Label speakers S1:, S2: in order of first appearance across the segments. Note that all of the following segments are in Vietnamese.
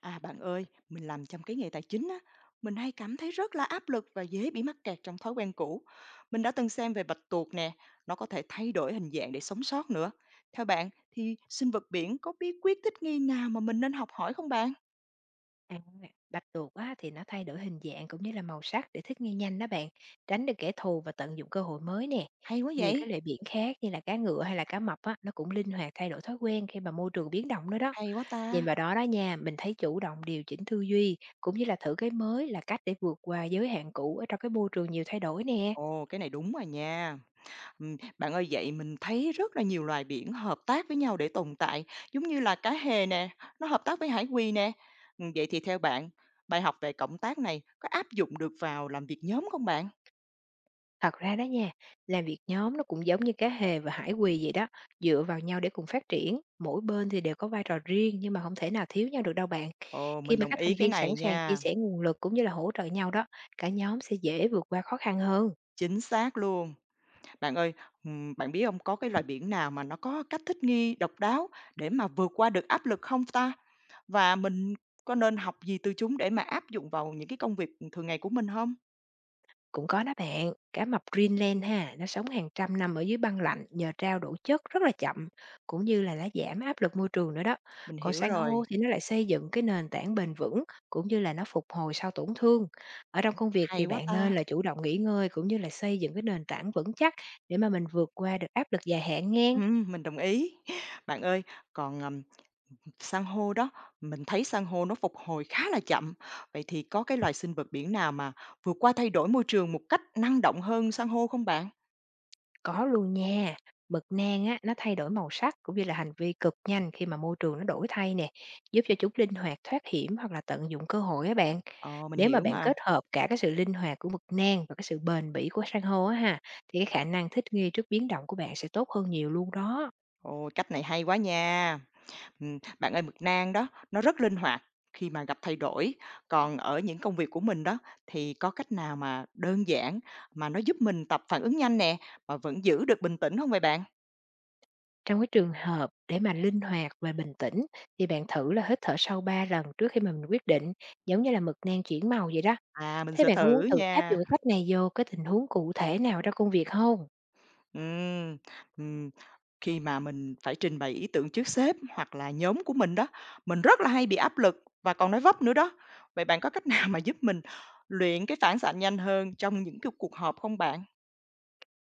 S1: À bạn ơi, mình làm trong cái nghề tài chính á, mình hay cảm thấy rất là áp lực và dễ bị mắc kẹt trong thói quen cũ. Mình đã từng xem về bạch tuộc nè, nó có thể thay đổi hình dạng để sống sót nữa. Theo bạn thì sinh vật biển có bí quyết thích nghi nào mà mình nên học hỏi không bạn?
S2: À, bạch tuộc á, thì nó thay đổi hình dạng cũng như là màu sắc để thích nghi nhanh đó bạn, tránh được kẻ thù và tận dụng cơ hội mới nè.
S1: Hay quá
S2: Nhiều cái
S1: vậy.
S2: loài biển khác như là cá ngựa hay là cá mập á, nó cũng linh hoạt thay đổi thói quen khi mà môi trường biến động nữa đó.
S1: Hay quá
S2: Nhìn
S1: ta.
S2: vào đó đó nha, mình thấy chủ động điều chỉnh tư duy cũng như là thử cái mới là cách để vượt qua giới hạn cũ ở trong cái môi trường nhiều thay đổi nè.
S1: Ồ, cái này đúng rồi nha. Bạn ơi, vậy mình thấy rất là nhiều loài biển hợp tác với nhau để tồn tại, giống như là cá hề nè, nó hợp tác với hải quỳ nè. Vậy thì theo bạn, bài học về cộng tác này có áp dụng được vào làm việc nhóm không bạn?
S2: Thật ra đó nha, làm việc nhóm nó cũng giống như cá hề và hải quỳ vậy đó, dựa vào nhau để cùng phát triển, mỗi bên thì đều có vai trò riêng nhưng mà không thể nào thiếu nhau được đâu bạn.
S1: Ồ,
S2: Khi
S1: mình
S2: mà
S1: đồng
S2: các
S1: ý
S2: thành
S1: cái
S2: viên sẵn
S1: này
S2: sàng chia
S1: nha.
S2: sẻ nguồn lực cũng như là hỗ trợ nhau đó, cả nhóm sẽ dễ vượt qua khó khăn hơn.
S1: Chính xác luôn. Bạn ơi, bạn biết không có cái loài biển nào mà nó có cách thích nghi độc đáo để mà vượt qua được áp lực không ta? Và mình có nên học gì từ chúng để mà áp dụng vào những cái công việc thường ngày của mình không?
S2: Cũng có đó bạn, cá mập Greenland ha, nó sống hàng trăm năm ở dưới băng lạnh nhờ trao đổi chất rất là chậm, cũng như là nó giảm áp lực môi trường nữa đó.
S1: Mình
S2: Còn
S1: hiểu
S2: san hô
S1: rồi,
S2: thì nó lại xây dựng cái nền tảng bền vững, cũng như là nó phục hồi sau tổn thương. Ở trong công việc
S1: hay
S2: thì
S1: quá
S2: bạn nên
S1: ta.
S2: là chủ động nghỉ ngơi, cũng như là xây dựng cái nền tảng vững chắc để mà mình vượt qua được áp lực dài hạn ngang.
S1: Mình đồng ý. Bạn ơi, còn, san hô đó, mình thấy san hô nó phục hồi khá là chậm. Vậy thì có cái loài sinh vật biển nào mà vượt qua thay đổi môi trường một cách năng động hơn san hô không bạn?
S2: Có luôn nha. Mực nang á, nó thay đổi màu sắc cũng như là hành vi cực nhanh khi mà môi trường nó đổi thay nè, giúp cho chúng linh hoạt thoát hiểm hoặc là tận dụng cơ hội á bạn.
S1: Ờ, mình
S2: Nếu mà
S1: hiểu
S2: bạn
S1: mà.
S2: kết hợp cả cái sự linh hoạt của mực nang và cái sự bền bỉ của san hô á ha, thì cái khả năng thích nghi trước biến động của bạn sẽ tốt hơn nhiều luôn đó.
S1: Ồ, cách này hay quá nha. Bạn ơi, mực nang đó, nó rất linh hoạt khi mà gặp thay đổi. Còn ở những công việc của mình đó, thì có cách nào mà đơn giản mà nó giúp mình tập phản ứng nhanh nè, mà vẫn giữ được bình tĩnh không vậy bạn?
S2: Trong cái trường hợp để mà linh hoạt và bình tĩnh, thì bạn thử là hít thở sâu 3 lần trước khi mà mình quyết định, giống như là mực nang chuyển màu vậy đó.
S1: À, mình
S2: Thế
S1: sẽ
S2: bạn có
S1: thử
S2: muốn thử áp dụng
S1: nha.
S2: cái cách này vô cái tình huống cụ thể nào trong công việc không?
S1: Ừm, ừm, Khi mà mình phải trình bày ý tưởng trước sếp hoặc là nhóm của mình đó, mình rất là hay bị áp lực và còn nói vấp nữa đó. Vậy bạn có cách nào mà giúp mình luyện cái phản xạ nhanh hơn trong những cái cuộc họp không bạn?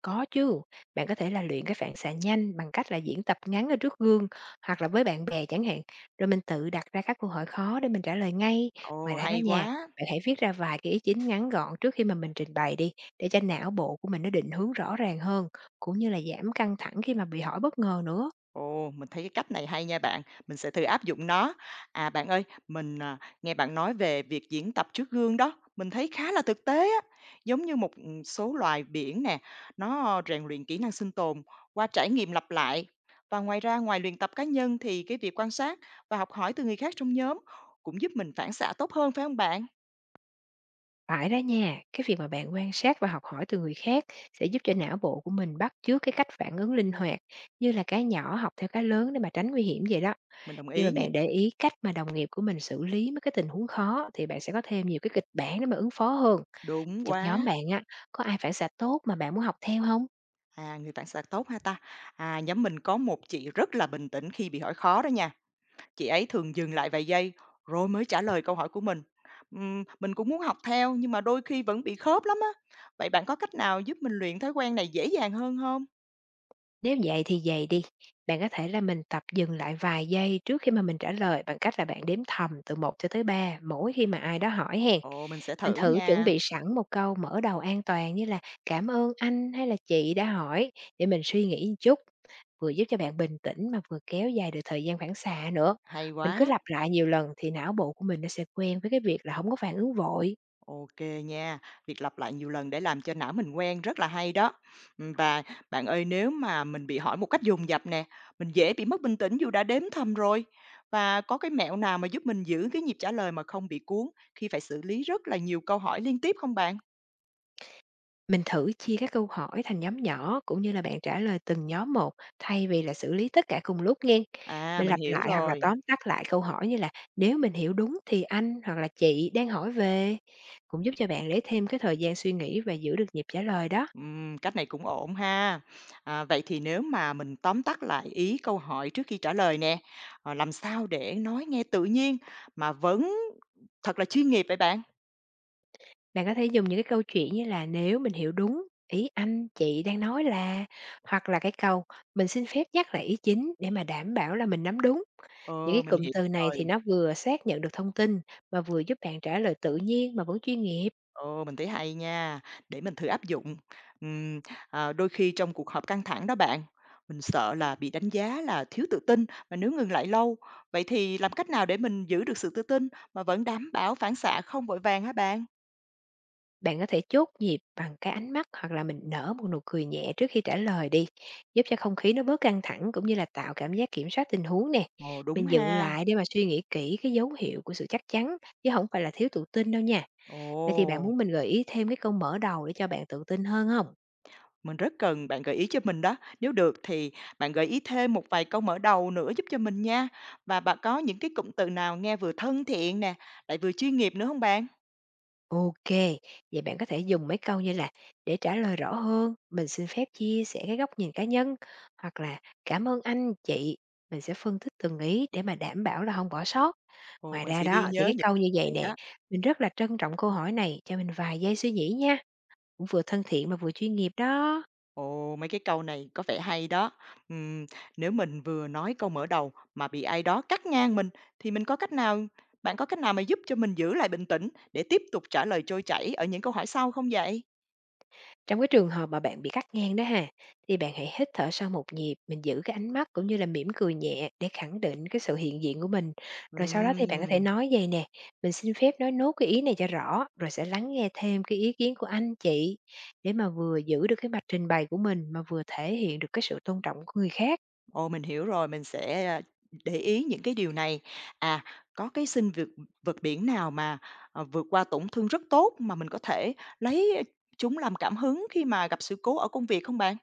S2: Có chứ, bạn có thể là luyện cái phản xạ nhanh bằng cách là diễn tập ngắn ở trước gương hoặc là với bạn bè chẳng hạn, rồi mình tự đặt ra các câu hỏi khó để mình trả lời ngay. Ngoài
S1: Ồ,
S2: ra đó
S1: hay
S2: nha,
S1: quá!
S2: bạn hãy viết ra vài cái ý chính ngắn gọn trước khi mà mình trình bày đi, để cho não bộ của mình nó định hướng rõ ràng hơn, cũng như là giảm căng thẳng khi mà bị hỏi bất ngờ nữa.
S1: Ồ, mình thấy cái cách này hay nha bạn, mình sẽ thử áp dụng nó. À, bạn ơi, mình nghe bạn nói về việc diễn tập trước gương đó, mình thấy khá là thực tế á, giống như một, số loài biển nè, nó rèn luyện kỹ năng sinh tồn qua trải nghiệm lặp lại. Và ngoài ra, ngoài luyện tập cá nhân thì cái việc quan sát và học hỏi từ người khác trong nhóm cũng giúp mình phản xạ tốt hơn, phải không bạn?
S2: Phải đó nha, cái việc mà bạn quan sát và học hỏi từ người khác sẽ giúp cho não bộ của mình bắt chước cái cách phản ứng linh hoạt, như là cái nhỏ học theo cái lớn để mà tránh nguy hiểm vậy đó.
S1: Mình đồng
S2: Khi mà
S1: ý nha.
S2: bạn để ý cách mà đồng nghiệp của mình xử lý mấy cái tình huống khó, thì bạn sẽ có thêm nhiều cái kịch bản để mà ứng phó hơn.
S1: Đúng
S2: Trong
S1: quá,
S2: nhóm bạn á, có ai phản xạ tốt mà bạn muốn học theo không?
S1: à, người phản xạ tốt ha ta? À, nhóm mình có một chị rất là bình tĩnh khi bị hỏi khó đó nha. Chị ấy thường dừng lại vài giây rồi mới trả lời câu hỏi của mình. Mình cũng muốn học theo nhưng mà đôi khi vẫn bị khớp lắm á. Vậy bạn có cách nào giúp mình luyện thói quen này dễ dàng hơn không?
S2: Nếu vậy thì vầy đi, bạn có thể là mình tập dừng lại vài giây trước khi mà mình trả lời, bằng cách là bạn đếm thầm từ 1 cho tới 3 mỗi khi mà ai đó hỏi hén.
S1: Ồ, mình sẽ
S2: Mình
S1: thử
S2: thử chuẩn
S1: nha.
S2: bị sẵn một câu mở đầu an toàn như là "Cảm ơn anh" hay là "Chị" đã hỏi, để mình suy nghĩ một chút, vừa giúp cho bạn bình tĩnh mà vừa kéo dài được thời gian phản xạ nữa.
S1: Hay
S2: Mình cứ
S1: quá.
S2: lặp lại nhiều lần thì não bộ của mình nó sẽ quen với cái việc là không có phản ứng vội.
S1: Ok nha. Việc lặp lại nhiều lần để làm cho não mình quen rất là hay đó. Và bạn ơi, nếu mà mình bị hỏi một cách dồn dập nè, mình dễ bị mất bình tĩnh dù đã đếm thầm rồi. Và có cái mẹo nào mà giúp mình giữ cái nhịp trả lời mà không bị cuốn khi phải xử lý rất là nhiều câu hỏi liên tiếp không bạn?
S2: Mình thử chia các câu hỏi thành nhóm nhỏ, cũng như là bạn trả lời từng nhóm một thay vì là xử lý tất cả cùng lúc nghe.
S1: À,
S2: Mình
S1: mình
S2: lặp
S1: hiểu
S2: lại hoặc là
S1: rồi.
S2: tóm tắt lại câu hỏi, như là nếu mình hiểu đúng thì anh hoặc là chị đang hỏi về, cũng giúp cho bạn lấy thêm cái thời gian suy nghĩ và giữ được nhịp trả lời đó.
S1: Cách này cũng ổn ha. À, vậy thì nếu mà mình tóm tắt lại ý câu hỏi trước khi trả lời nè, làm sao để nói nghe tự nhiên mà vẫn thật là chuyên nghiệp vậy bạn?
S2: Bạn có thể dùng những cái câu chuyện như là nếu mình hiểu đúng ý anh chị đang nói là, hoặc là cái câu mình xin phép nhắc lại ý chính để mà đảm bảo là mình nắm đúng. Những cái
S1: Ờ, mình
S2: cụm
S1: hiểu
S2: từ này thì
S1: rồi.
S2: nó vừa xác nhận được thông tin, mà vừa giúp bạn trả lời tự nhiên mà vẫn chuyên nghiệp.
S1: Ờ, mình thấy hay nha, để mình thử áp dụng. Ừm, Đôi khi trong cuộc họp căng thẳng đó bạn, mình sợ là bị đánh giá là thiếu tự tin mà nếu ngừng lại lâu. Vậy thì làm cách nào để mình giữ được sự tự tin mà vẫn đảm bảo phản xạ không vội vàng hả bạn?
S2: Bạn có thể chốt nhịp bằng cái ánh mắt hoặc là mình nở một nụ cười nhẹ trước khi trả lời đi, giúp cho không khí nó bớt căng thẳng cũng như là tạo cảm giác kiểm soát tình huống nè.
S1: Ồ, đúng
S2: Mình dựng
S1: ha.
S2: lại để mà suy nghĩ kỹ cái dấu hiệu của sự chắc chắn, chứ không phải là thiếu tự tin đâu nha. Vậy thì bạn
S1: Ồ,
S2: muốn mình gợi ý thêm cái câu mở đầu để cho bạn tự tin hơn không?
S1: mình rất cần bạn gợi ý cho mình đó. Nếu được thì bạn gợi ý thêm một vài câu mở đầu nữa giúp cho mình nha. Và bạn có những cái cụm từ nào nghe vừa thân thiện nè, lại vừa chuyên nghiệp nữa không bạn?
S2: OK, vậy bạn có thể dùng mấy câu như là "Để trả lời rõ hơn, mình xin phép chia sẻ cái góc nhìn cá nhân", hoặc là "Cảm ơn anh, chị", mình sẽ phân tích từng ý để mà đảm bảo là không bỏ sót.
S1: Ồ,
S2: Ngoài
S1: mình
S2: ra
S1: sẽ ghi
S2: đó thì
S1: nhớ
S2: cái
S1: những
S2: câu như vậy
S1: này
S2: nè,
S1: đó.
S2: "Mình rất là trân trọng câu hỏi này, cho mình vài giây suy nghĩ nha", cũng vừa thân thiện mà vừa chuyên nghiệp đó.
S1: Ồ, mấy cái câu này có vẻ hay đó. Ừm, nếu mình vừa nói câu mở đầu mà bị ai đó cắt ngang mình thì mình có cách nào bạn có cách nào mà giúp cho mình giữ lại bình tĩnh để tiếp tục trả lời trôi chảy ở những câu hỏi sau không vậy?
S2: Trong cái trường hợp mà bạn bị cắt ngang đó ha, thì bạn hãy hít thở sâu một nhịp, mình giữ cái ánh mắt cũng như là mỉm cười nhẹ để khẳng định cái sự hiện diện của mình. Rồi sau đó thì bạn có thể
S1: Ừm.
S2: nói vậy nè, mình xin phép nói nốt cái ý này cho rõ, rồi sẽ lắng nghe thêm cái ý kiến của anh chị, để mà vừa giữ được cái mạch trình bày của mình mà vừa thể hiện được cái sự tôn trọng của người khác.
S1: Ồ, mình hiểu rồi, mình sẽ để ý những cái điều này. À, có cái sinh vượt vật biển nào mà, vượt qua tổn thương rất tốt mà mình có thể lấy, chúng làm cảm hứng khi mà gặp sự cố ở công việc không bạn?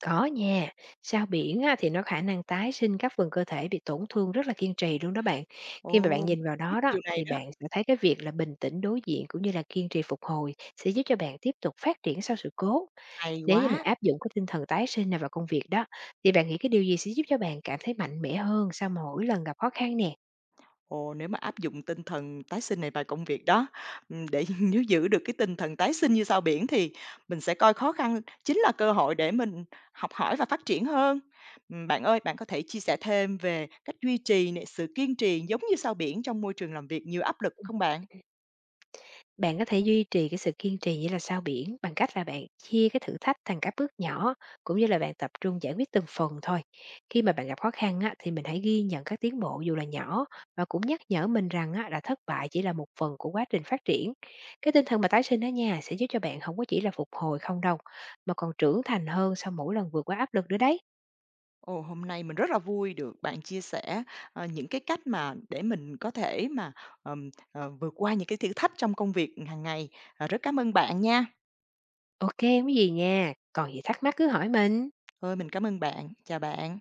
S2: Có nha, sao biển á, thì nó khả năng tái sinh các phần cơ thể bị tổn thương rất là kiên trì luôn đó bạn. Khi mà bạn
S1: Ồ, mình
S2: nhìn vào đó
S1: biết
S2: đó
S1: điều này
S2: thì
S1: đó,
S2: bạn sẽ thấy cái việc là bình tĩnh đối diện cũng như là kiên trì phục hồi sẽ giúp cho bạn tiếp tục phát triển sau sự cố.
S1: hay
S2: Nếu như mà
S1: quá!
S2: áp dụng cái tinh thần tái sinh này vào công việc đó, thì bạn nghĩ cái điều gì sẽ giúp cho bạn cảm thấy mạnh mẽ hơn sau mỗi lần gặp khó khăn nè?
S1: Ồ, nếu mà áp dụng tinh thần tái sinh này vào công việc đó, để nếu giữ được cái tinh thần tái sinh như sao biển thì mình sẽ coi khó khăn chính là cơ hội để mình học hỏi và phát triển hơn. Bạn ơi, bạn có thể chia sẻ thêm về cách duy trì nè, sự kiên trì giống như sao biển trong môi trường làm việc nhiều áp lực không bạn?
S2: Bạn có thể duy trì cái sự kiên trì như là sao biển bằng cách là bạn chia cái thử thách thành các bước nhỏ, cũng như là bạn tập trung giải quyết từng phần thôi. Khi mà bạn gặp khó khăn á, thì mình hãy ghi nhận các tiến bộ dù là nhỏ, và cũng nhắc nhở mình rằng á, là thất bại chỉ là một phần của quá trình phát triển. Cái tinh thần mà tái sinh ở nhà sẽ giúp cho bạn không có chỉ là phục hồi không đâu, mà còn trưởng thành hơn sau mỗi lần vượt qua áp lực nữa đấy.
S1: Ồ, hôm nay mình rất là vui được bạn chia sẻ, những cái cách mà để mình có thể mà, vượt qua những cái thử thách trong công việc hàng ngày. Ờ, rất cảm ơn bạn nha.
S2: OK, không có gì nha, còn gì thắc mắc cứ hỏi mình.
S1: Ơi mình cảm ơn bạn. Chào bạn.